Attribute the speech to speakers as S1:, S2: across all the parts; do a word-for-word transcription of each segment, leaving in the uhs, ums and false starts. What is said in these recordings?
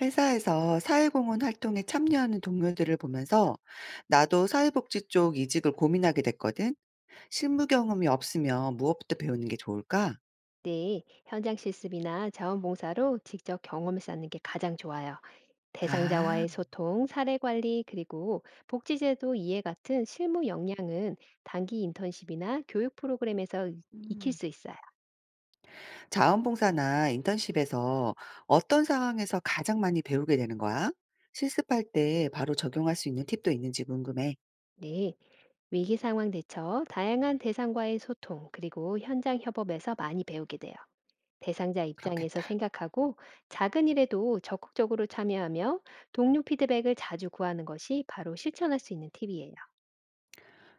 S1: 회사에서 사회공헌 활동에 참여하는 동료들을 보면서 나도 사회복지 쪽 이직을 고민하게 됐거든. 실무 경험이 없으면 무엇부터 배우는 게 좋을까?
S2: 네, 현장 실습이나 자원봉사로 직접 경험을 쌓는 게 가장 좋아요.
S1: 아,
S2: 대상자와의 소통, 사례 관리, 그리고 복지제도 이해 같은 실무 역량은 단기 인턴십이나 교육 프로그램에서 익- 익힐
S1: 음.
S2: 수 있어요.
S1: 자원봉사나 인턴십에서 어떤 상황에서 가장 많이 배우게 되는 거야? 실습할 때 바로 적용할 수 있는 팁도 있는지 궁금해.
S2: 네, 위기 상황 대처, 다양한 대상과의 소통, 그리고 현장 협업에서 많이 배우게 돼요. 대상자 입장에서
S1: 그렇겠다.
S2: 생각하고 작은 일에도 적극적으로 참여하며 동료 피드백을 자주 구하는 것이 바로 실천할 수 있는 팁이에요.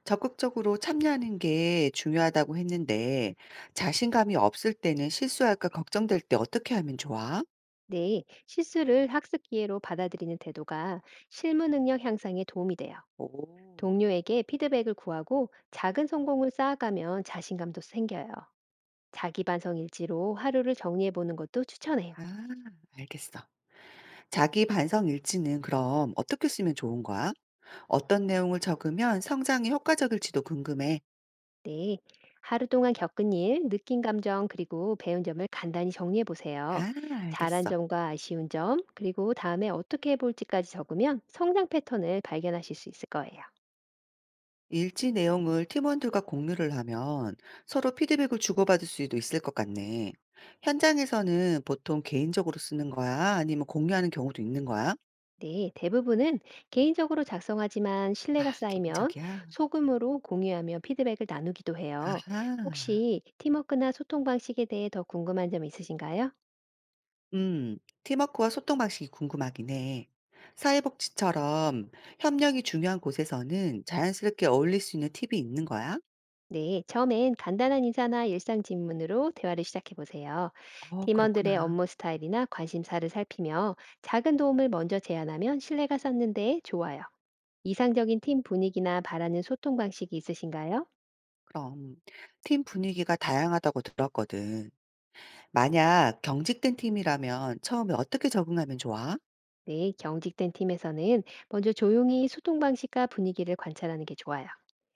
S1: 적극적으로 참여하는 게 중요하다고 했는데 자신감이 없을 때는 실수할까 걱정될 때 어떻게 하면 좋아?
S2: 네, 실수를 학습 기회로 받아들이는 태도가 실무 능력 향상에 도움이 돼요.
S1: 오.
S2: 동료에게 피드백을 구하고 작은 성공을 쌓아가면 자신감도 생겨요. 자기 반성 일지로 하루를 정리해 보는 것도 추천해요.
S1: 아, 알겠어. 자기 반성 일지는 그럼 어떻게 쓰면 좋은 거야? 어떤 내용을 적으면 성장이 효과적일지도 궁금해.
S2: 네, 하루 동안 겪은 일, 느낀 감정, 그리고 배운 점을 간단히 정리해 보세요.
S1: 아,
S2: 잘한
S1: 알겠어.
S2: 점과 아쉬운 점, 그리고 다음에 어떻게 해볼지까지 적으면 성장 패턴을 발견하실 수 있을 거예요.
S1: 일지 내용을 팀원들과 공유를 하면 서로 피드백을 주고받을 수도 있을 것 같네. 현장에서는 보통 개인적으로 쓰는 거야? 아니면 공유하는 경우도 있는 거야?
S2: 네, 대부분은 개인적으로 작성하지만
S1: 아,
S2: 신뢰가 쌓이면
S1: 개인적이야?
S2: 소금으로 공유하며 피드백을 나누기도 해요.
S1: 아하.
S2: 혹시 팀워크나 소통 방식에 대해 더 궁금한 점 있으신가요?
S1: 음, 팀워크와 소통 방식이 궁금하긴 해. 사회복지처럼 협력이 중요한 곳에서는 자연스럽게 어울릴 수 있는 팁이 있는 거야?
S2: 네, 처음엔 간단한 인사나 일상 질문으로 대화를 시작해 보세요.
S1: 어,
S2: 팀원들의
S1: 그렇구나.
S2: 업무 스타일이나 관심사를 살피며 작은 도움을 먼저 제안하면 신뢰가 쌓는데 좋아요. 이상적인 팀 분위기나 바라는 소통 방식이 있으신가요?
S1: 그럼 팀 분위기가 다양하다고 들었거든. 만약 경직된 팀이라면 처음에 어떻게 적응하면 좋아?
S2: 네, 경직된 팀에서는 먼저 조용히 소통 방식과 분위기를 관찰하는 게 좋아요.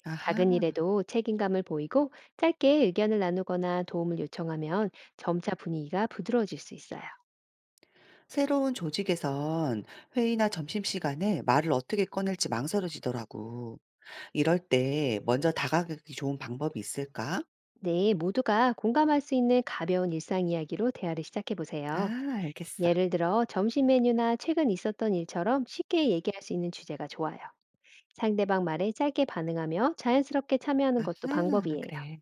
S1: 아하.
S2: 작은 일에도 책임감을 보이고 짧게 의견을 나누거나 도움을 요청하면 점차 분위기가 부드러워질 수 있어요.
S1: 새로운 조직에선 회의나 점심시간에 말을 어떻게 꺼낼지 망설여지더라고. 이럴 때 먼저 다가가기 좋은 방법이 있을까?
S2: 네, 모두가 공감할 수 있는 가벼운 일상 이야기로 대화를 시작해 보세요.
S1: 아, 알겠어.
S2: 예를 들어 점심 메뉴나 최근 있었던 일처럼 쉽게 얘기할 수 있는 주제가 좋아요. 상대방 말에 짧게 반응하며 자연스럽게 참여하는 것도
S1: 아하,
S2: 방법이에요.
S1: 그래.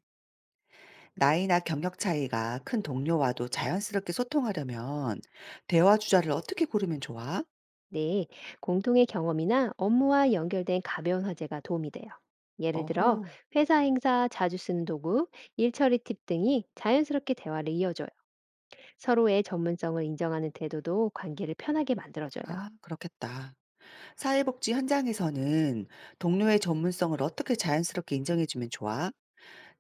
S1: 나이나 경력 차이가 큰 동료와도 자연스럽게 소통하려면 대화 주제를 어떻게 고르면 좋아?
S2: 네, 공통의 경험이나 업무와 연결된 가벼운 화제가 도움이 돼요. 예를
S1: 어허,
S2: 들어, 회사 행사, 자주 쓰는 도구, 일처리 팁 등이 자연스럽게 대화를 이어줘요. 서로의 전문성을 인정하는 태도도 관계를 편하게 만들어줘요.
S1: 아, 그렇겠다. 사회복지 현장에서는 동료의 전문성을 어떻게 자연스럽게 인정해주면 좋아?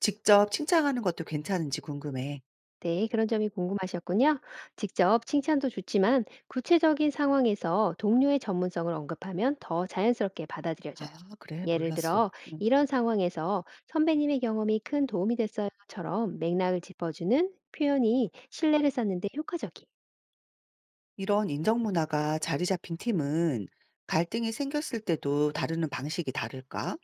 S1: 직접 칭찬하는 것도 괜찮은지 궁금해.
S2: 네, 그런 점이 궁금하셨군요. 직접 칭찬도 좋지만 구체적인 상황에서 동료의 전문성을 언급하면 더 자연스럽게 받아들여져요.
S1: 아, 그래,
S2: 예를
S1: 몰랐어.
S2: 들어,
S1: 응.
S2: 이런 상황에서 선배님의 경험이 큰 도움이 됐어요처럼 맥락을 짚어주는 표현이 신뢰를 쌓는데 효과적이에요.
S1: 이런 인정 문화가 자리 잡힌 팀은 갈등이 생겼을 때도 다루는 방식이 다를까?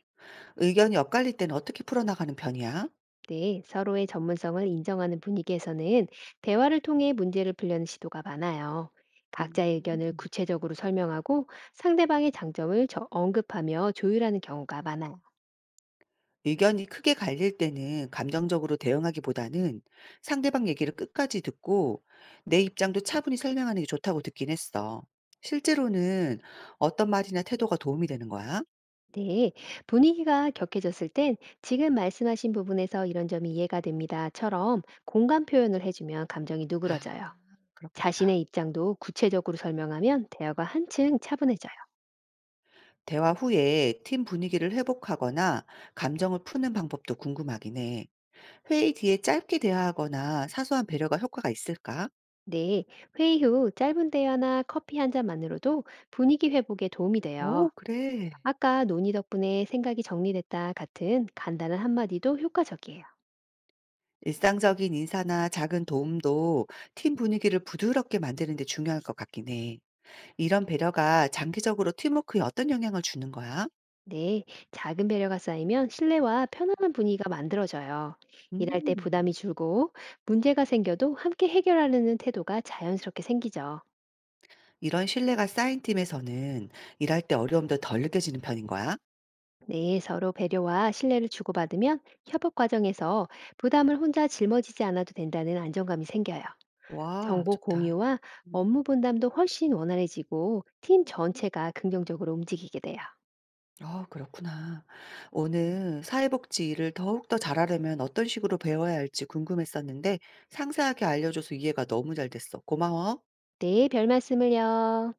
S1: 의견이 엇갈릴 때는 어떻게 풀어나가는 편이야?
S2: 네, 서로의 전문성을 인정하는 분위기에서는 대화를 통해 문제를 풀려는 시도가 많아요. 각자의
S1: 음.
S2: 의견을 구체적으로 설명하고 상대방의 장점을 저- 언급하며 조율하는 경우가 많아요.
S1: 의견이 크게 갈릴 때는 감정적으로 대응하기보다는 상대방 얘기를 끝까지 듣고 내 입장도 차분히 설명하는 게 좋다고 듣긴 했어. 실제로는 어떤 말이나 태도가 도움이 되는 거야?
S2: 네, 분위기가 격해졌을 땐 지금 말씀하신 부분에서 이런 점이 이해가 됩니다.처럼 공감 표현을 해주면 감정이
S1: 아,
S2: 누그러져요.
S1: 그렇겠다.
S2: 자신의 입장도 구체적으로 설명하면 대화가 한층 차분해져요.
S1: 대화 후에 팀 분위기를 회복하거나 감정을 푸는 방법도 궁금하긴 해. 회의 뒤에 짧게 대화하거나 사소한 배려가 효과가 있을까?
S2: 네, 회의 후 짧은 대화나 커피 한 잔만으로도 분위기 회복에 도움이
S1: 오,
S2: 돼요.
S1: 그래.
S2: 아까 논의 덕분에 생각이 정리됐다 같은 간단한 한마디도 효과적이에요.
S1: 일상적인 인사나 작은 도움도 팀 분위기를 부드럽게 만드는 데 중요할 것 같긴 해. 이런 배려가 장기적으로 팀워크에 어떤 영향을 주는 거야?
S2: 네, 작은 배려가 쌓이면 신뢰와 편안한 분위기가 만들어져요. 일할 때 부담이
S1: 음.
S2: 줄고 문제가 생겨도 함께 해결하려는 태도가 자연스럽게 생기죠.
S1: 이런 신뢰가 쌓인 팀에서는 일할 때 어려움도 덜 느껴지는 편인 거야?
S2: 네, 서로 배려와 신뢰를 주고받으면 협업 과정에서 부담을 혼자 짊어지지 않아도 된다는 안정감이 생겨요.
S1: 와,
S2: 정보
S1: 좋다.
S2: 공유와
S1: 음.
S2: 업무 분담도 훨씬 원활해지고 팀 전체가 긍정적으로 움직이게 돼요.
S1: 아, 그렇구나. 오늘 사회복지 일을 더욱더 잘하려면 어떤 식으로 배워야 할지 궁금했었는데 상세하게 알려줘서 이해가 너무 잘 됐어. 고마워.
S2: 네, 별 말씀을요.